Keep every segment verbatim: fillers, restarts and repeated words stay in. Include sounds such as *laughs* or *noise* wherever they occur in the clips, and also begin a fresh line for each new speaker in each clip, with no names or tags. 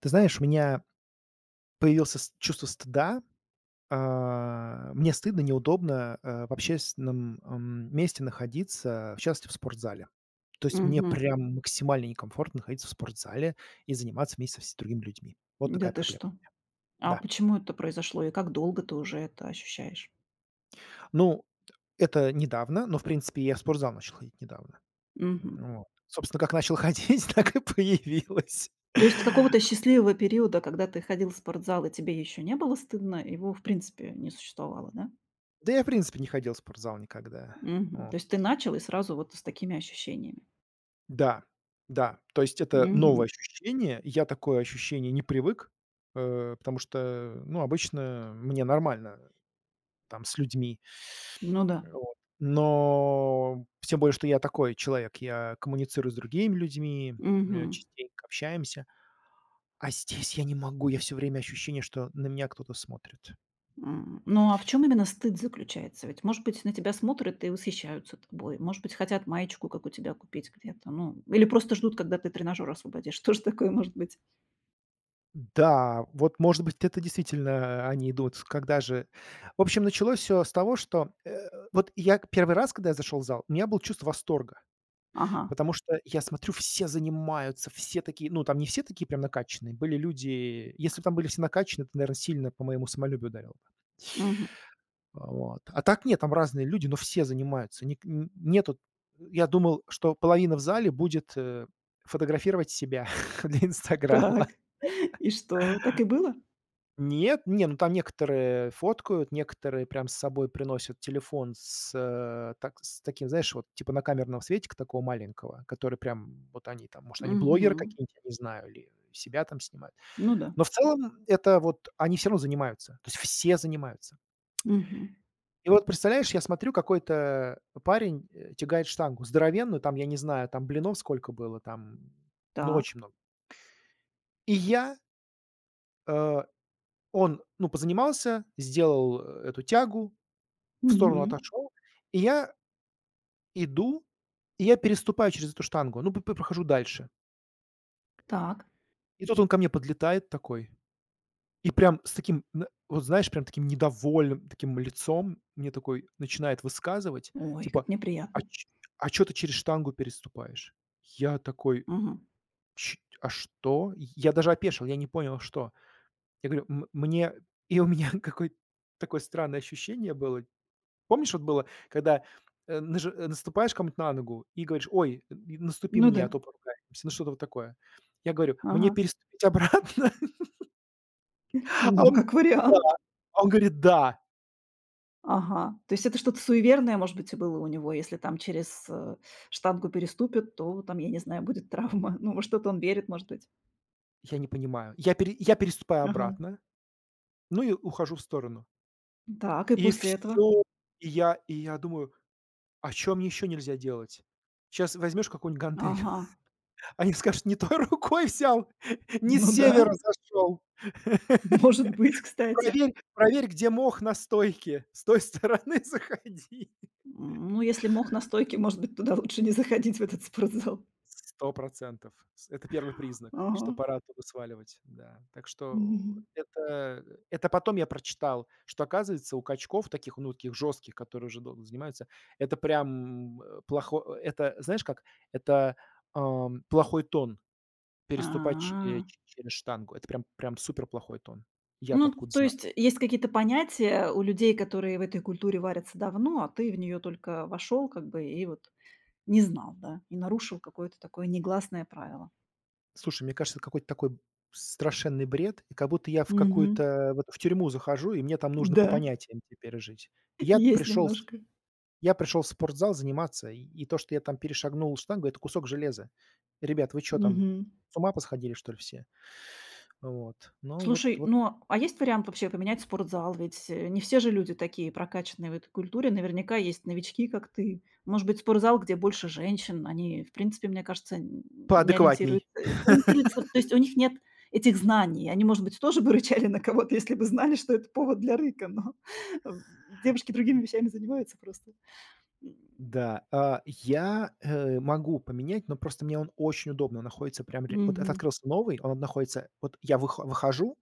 Ты знаешь, у меня появился с чувство стыда. А, мне стыдно, неудобно, э, в общественном, ам, месте находиться, в частности, в спортзале. То есть мне
Мгм.
прям максимально некомфортно находиться в спортзале и заниматься вместе с другими людьми. Вот
Да
такая
ты
проблема.
что? А
Да.
почему это произошло и как долго ты уже это ощущаешь?
Ну, это недавно, но, в принципе, я в спортзал начал ходить недавно.
Мгм.
М, вот. Собственно, как начал ходить, *laughs* так и появилось.
То есть какого-то
*laughs*
счастливого периода, когда ты ходил в спортзал и тебе еще не было стыдно, его в принципе не существовало, да?
Да я, в принципе, не ходил в спортзал никогда.
Мгм.
Вот.
То есть ты начал и сразу вот с такими ощущениями.
Да, да, то есть это новое
Мгм.
ощущение. Я такое ощущение не привык, э, потому что, ну, обычно мне нормально там с людьми.
Ну да.
М, Вот. Но тем более, что я такой человек, я коммуницирую с другими людьми,
Мгм.
э, частенько общаемся. А здесь я не могу, я все время ощущение, что на меня кто-то смотрит.
М. Ну а в чем именно стыд заключается? Ведь, может быть, на тебя смотрят и восхищаются тобой, может быть, хотят маечку, как у тебя, купить где-то, ну, или просто ждут, когда ты тренажер освободишь. *laughs* Тоже такое может быть.
Да, вот, может быть, это действительно э, они идут. Когда же В общем, началось все с того, что, э, вот я к первый раз, когда я зашел в зал, у меня было чувство восторга,
Ага.
потому что я смотрю, все занимаются, все такие, ну, там не все такие прям накачанные, были люди. Если бы там были все накачанные, это, наверное, сильно по моему самолюбию ударило бы.
Мгм.
Вот. А так нет, там разные люди, но все занимаются. Ник н нету Я думал, что половина в зале будет, э, фотографировать себя *laughs* для "Инстаграма".
Так. И что, так и было?
Нет, не, ну там некоторые фоткают, некоторые прям с собой приносят телефон с, э, так с таким, знаешь, вот типа на камерном светика такого маленького, который прям вот они там, может, они
Мгм.
блогеры какие-нибудь, я не знаю, или себя там снимают.
Ну да.
Но в целом это вот они все равно занимаются, то есть все занимаются.
Мгм.
И вот представляешь, я смотрю, какой-то парень, э, тягает штангу здоровенную, там, я не знаю, там блинов сколько было, там, ну,
Так.
очень много. И я, э, он, ну, позанимался, сделал, э, эту тягу, в сторону
Мгм.
отошел, и я иду, и я переступаю через эту штангу, ну, п п прохожу дальше.
Так.
И тут он ко мне подлетает такой, и прям с таким, на вот знаешь, прям таким недовольным таким лицом мне такой начинает высказывать,
Ой, как
типа: "А
неприятно.
ч а чё ты через штангу переступаешь?" Я такой:
Мгм.
"Ч а что?" Я даже опешил, я не понял, что. Я говорю: "М Мне". И у меня *laughs* какое-то такое странное ощущение было. Помнишь, вот было, когда, э, наже э, наступаешь кому-нибудь на ногу и говоришь: "Ой, н наступи
Ну
мне,
да.
а то поругаемся". Ну, что-то вот такое. Я говорю: "Мне
Ага.
переступить обратно?" *laughs* А
Ну,
он:
как
"Да".
вариант.
А он говорит: "Да".
Ага. То есть это что-то суеверное, может быть, и было у него. Если там через, э, штангу переступит, то там, я не знаю, будет травма. *laughs* Ну, во что-то он верит, может быть.
Я не понимаю. Я пере я переступаю
Ага.
обратно, ну и ухожу в сторону.
Так, и
И
после этого?
все. И я и я думаю: "А чё мне еще нельзя делать? Сейчас возьмешь какую-нибудь гантель,
Ага.
*laughs* они скажут: "Не той рукой взял, *laughs* не с
Ну да,
севера зашел". *laughs*
может быть, кстати.
Проверь проверь, где мох на стойке. С той стороны *laughs* заходи.
М, ну, если мох на стойке, может быть, туда лучше не заходить, в этот спортзал.
сто С это первый признак,
Ага.
что пора оттуда сваливать, да. Так что
Мгм.
это это потом я прочитал, что, оказывается, у качков таких, ну, таких жестких, которые уже долго занимаются, это прям, м, плохо это, знаешь как, это, ам, плохой тон переступать ч э,
А.
ч через штангу. Это прям прям супер плохой тон. Я-то
Ну,
откуда
то
знал.
есть есть какие-то понятия у людей, которые в этой культуре варятся давно, а ты в нее только вошел, как бы, и вот не знал, да, и нарушил какое-то такое негласное правило.
Слушай, мне кажется, это какой-то такой страшенный бред, и как будто я в
Мгм.
какую-то вот в тюрьму захожу, и мне там нужно по
Да,
понятиям теперь жить.
*laughs*
Я
есть
пришел с
немножко.
я пришел в спортзал заниматься, и и то, что я там перешагнул штангу — это кусок железа. Ребят, вы что там,
Мгм.
с ума посходили, что ли, все? Вот. Ну вот
Слушай,
вот
ну, а есть вариант вообще поменять спортзал? Ведь, э, не все же люди такие прокачанные в этой культуре. Наверняка есть новички, как ты. Может быть, спортзал, где больше женщин. Они, в принципе, мне кажется, н не ориентируются
поадекватней.
не ориентируются. То есть у них нет этих знаний. Они, может быть, тоже бы рычали на кого-то, если бы знали, что это повод для рыка, но, *laughs* э, девушки другими вещами занимаются просто.
Да, а, я, э, могу поменять, но просто мне он очень удобно находится прям
М,
ре вот это
мгм.
открылся новый, он находится вот я вых выхожу,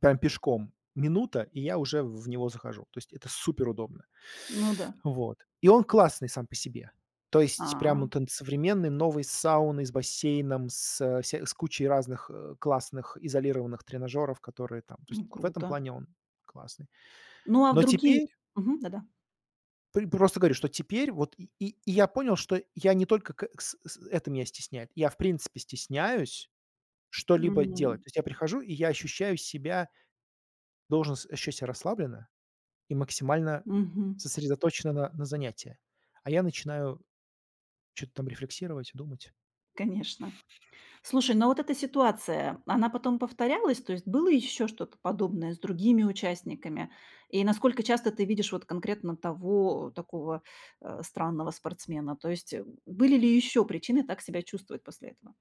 прям пешком минута, и я уже в него захожу. То есть это супер удобно.
Ну да.
Вот. И он классный сам по себе. То есть прям
А,
вот он современный, новый, с сауной, с бассейном, с, э, вся с кучей разных, э, классных изолированных тренажеров, которые там то есть
ну
в этом
круто.
плане он классный.
Ну, а в
Но
другие.
теперь
Мгм, да-да.
пр просто говорю, что теперь вот и и и я понял, что я не только к с с это меня стесняет. Я, в принципе, стесняюсь что-либо делать.
М,
То есть я прихожу, и я ощущаю себя должен с ощущать себя расслабленно и максимально
мгм.
сосредоточена на на занятии. А я начинаю что то там рефлексировать, думать.
Конечно. Слушай, но вот эта ситуация, она потом повторялась? То есть было еще что-то подобное с другими участниками? И насколько часто ты видишь вот конкретно того такого э, странного спортсмена? То есть э, были ли еще причины так себя чувствовать после этого?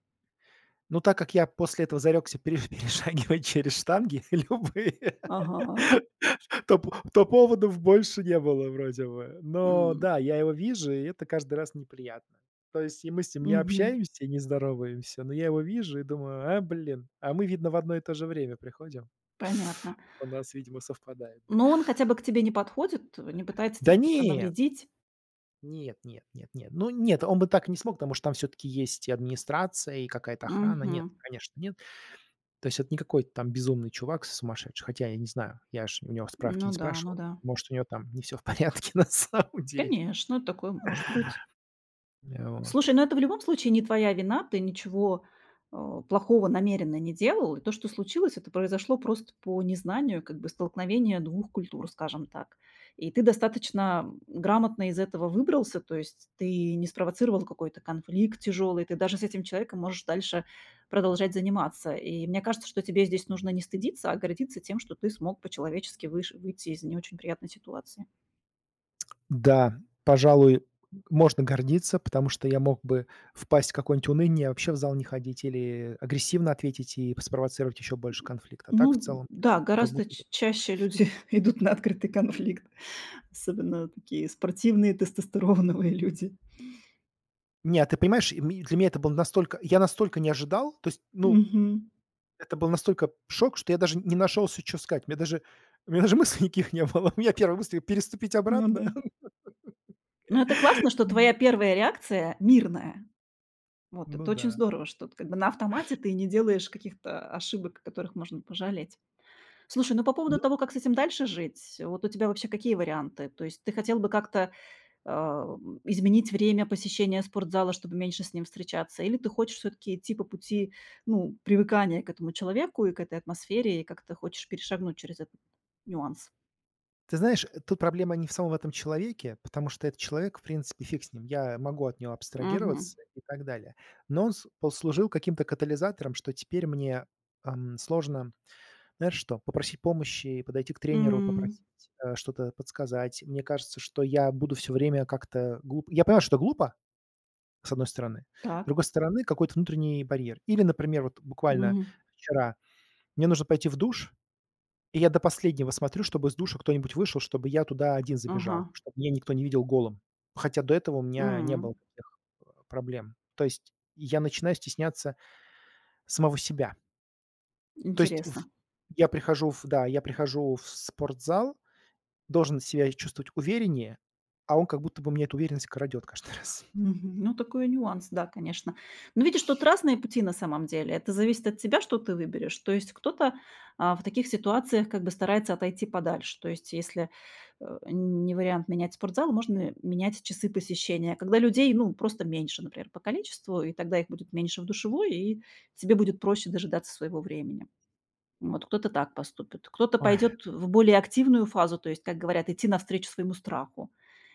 Ну так как я после этого зарёкся пере *laughs* перешагивать через штанги *laughs* любые,
Ага.
*laughs* то п то поводов больше не было вроде бы. Но
М,
да, я его вижу, и это каждый раз неприятно. То есть и мы с ним не
мгм,
общаемся и не здороваемся, но я его вижу и думаю: "А, блин". А мы, видно, в одно и то же время приходим.
понятно.
*laughs* У нас, видимо, совпадает, да.
Но он хотя бы к тебе не подходит, не пытается
Да
тебе как-то
нет!
навредить?
Нет нет нет нет. Ну нет, он бы так не смог, потому что там все таки есть и администрация, и какая-то охрана. Нет,
Мгм.
конечно, нет. То есть это не какой-то там безумный чувак сумасшедший, хотя я не знаю, я ж у него справки
Ну
не
да, ну
спрашивал.
да.
Может, у него там не все в порядке *laughs* на самом деле.
Конечно, такое может быть.
Э, вот.
Слушай, ну это в любом случае не твоя вина, ты ничего, а, плохого намеренно не делал. И то, что случилось, это произошло просто по незнанию, как бы столкновение двух культур, скажем так. И ты достаточно грамотно из этого выбрался, то есть ты не спровоцировал какой-то конфликт тяжелый, ты даже с этим человеком можешь дальше продолжать заниматься. И мне кажется, что тебе здесь нужно не стыдиться, а гордиться тем, что ты смог по-человечески выш выйти из не очень приятной ситуации.
Да, пожалуй, можно гордиться, потому что я мог бы впасть в какое-нибудь уныние, вообще в зал не ходить или агрессивно ответить и спровоцировать еще больше конфликта. А так в
Ну
целом, да,
да,
как
гораздо
будто.
ч чаще люди *laughs* идут на открытый конфликт. Особенно такие спортивные, тестостероновые люди.
Нет, ты понимаешь, и для меня это было настолько я настолько не ожидал, то есть, ну,
Мгм.
это был настолько шок, что я даже не нашелся, что сказать. Мне даже у меня даже *laughs* мыслей никаких не было. *laughs* У меня первая мысль — переступить
Ну
обратно.
да. Но это классно, что
*laughs*
твоя первая реакция мирная. Вот
Ну
это очень
да.
здорово, что ты как бы на автомате ты не делаешь каких-то ошибок, о которых можно пожалеть. Слушай, ну по поводу
Ну,
того, как с этим дальше жить, вот у тебя вообще какие варианты? То есть ты хотел бы как-то, а, м, изменить время посещения спортзала, чтобы меньше с ним встречаться? Или ты хочешь все таки идти по пути, ну, привыкания к этому человеку и к этой атмосфере, и как-то хочешь перешагнуть через этот нюанс?
ты знаешь, э, тут проблема не в самом этом человеке, потому что этот человек, в принципе, фиг с ним. Я могу от него
Мгм.
абстрагироваться и так далее. Но он с послужил каким-то катализатором, что теперь мне, эм, сложно. Знаешь что, попроси помощи, подойти к тренеру,
М.
попросить, э, что-то подсказать. Мне кажется, что я буду все время как-то глуп я понимаю, что это глупо, с одной стороны. С
Так.
другой стороны, какой-то внутренний барьер. Или, например, вот буквально
Мгм.
вчера мне нужно пойти в душ, и я до последнего смотрю, чтобы из душа кто-нибудь вышел, чтобы я туда один
Ага.
забежал, чтобы меня никто не видел голым. Хотя до этого у меня не было
М.
таких э, проблем. То есть я начинаю стесняться самого себя. То есть в
Интересно.
Я прихожу в да, я прихожу в спортзал, должен себя чувствовать увереннее, а он как будто бы мне эту уверенность крадет каждый *laughs* раз.
Мгм. Ну, такой нюанс, да, конечно. Но видишь, тут разные пути на самом деле. Это зависит от тебя, что ты выберешь. То есть кто-то, а, в таких ситуациях как бы старается отойти подальше. То есть если, э, не вариант менять спортзал, можно менять часы посещения, когда людей, ну, просто меньше, например, по количеству, и тогда их будет меньше в душевой, и тебе будет проще дожидаться своего времени. Вот кто-то так поступит, кто-то
Ой,
пойдет в более активную фазу, то есть, как говорят, идти навстречу своему страху.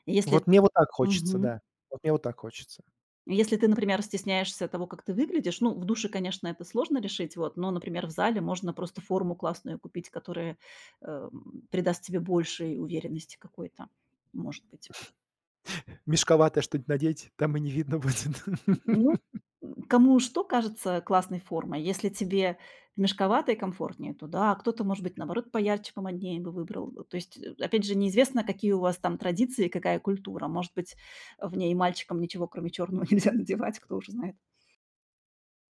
Если,
вот мне вот так хочется,
мгм,
да. Вот мне вот так хочется.
если ты, например, стесняешься того, как ты выглядишь, ну, в душе, конечно, это сложно решить, вот, но, например, в зале можно просто форму классную купить, которая э, придаст тебе большей уверенности какой-то, может быть.
Мешковатое что-нибудь надеть, там и не видно будет.
Ну,
*laughs*
м, кому что кажется классной формой. Если тебе мешковато и комфортнее, то да, а кто-то, может быть, наоборот, поярче, помоднее бы выбрал. Э, То есть, э, опять же, неизвестно, какие у вас там традиции, какая культура. Может быть, в ней мальчикам ничего, кроме черного, *laughs* нельзя надевать, кто уже знает.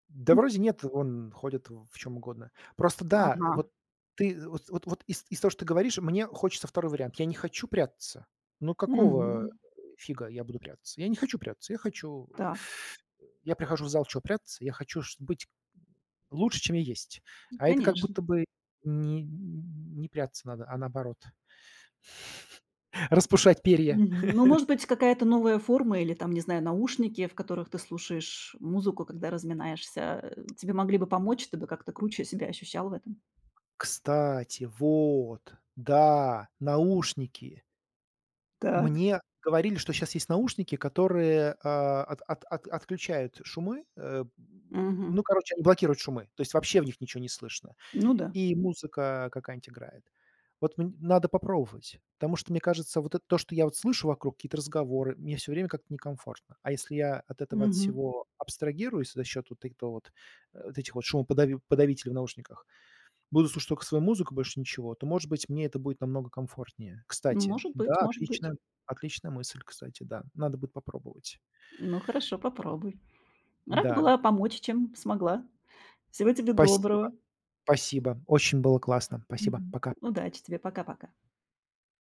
Да
М.
вроде нет, он ходит в чем угодно. Просто да,
Ага.
вот ты вот вот вот из из того, что ты говоришь, мне хочется второй вариант. Я не хочу прятаться. Ну какого
Мгм.
фига я буду прятаться? Я не хочу прятаться. Я хочу
Так,
я прихожу в зал чё прятаться? Я хочу чт быть лучше, чем я есть. А это как
конечно.
будто бы не не прятаться надо, а наоборот, *laughs* распушать перья.
Мгм. Ну, может быть, какая-то новая форма или там, не знаю, наушники, в которых ты слушаешь музыку, когда разминаешься, э, тебе могли бы помочь, ты бы как-то круче себя ощущал в этом.
Кстати, вот, да, наушники.
Так.
Мне говорили, что сейчас есть наушники, которые, а, от от от отключают шумы. Э,
Мгм.
ну, короче, они блокируют шумы, то есть вообще в них ничего не слышно.
Ну да.
И музыка какая-нибудь играет. Вот мн надо попробовать, потому что, мне кажется, вот это то, что я вот слышу вокруг, какие-то разговоры, мне все время как-то некомфортно. А если я от этого от
Мгм.
всего абстрагируюсь за счет вот этого вот, э, вот этих вот шумоподави подавителей в наушниках, буду слушать только свою музыку, больше ничего, то, может быть, мне это будет намного комфортнее.
Ну,
Кстати,
может быть,
да,
может быть.
отличная отличная мысль, кстати, да. Надо будет попробовать.
Ну хорошо, попробуй. Рада
Да,
была помочь, чем смогла. Всего тебе
спасибо,
доброго.
спасибо. Очень было классно. Спасибо.
Мгм.
Пока.
Удачи тебе. Пока-пока.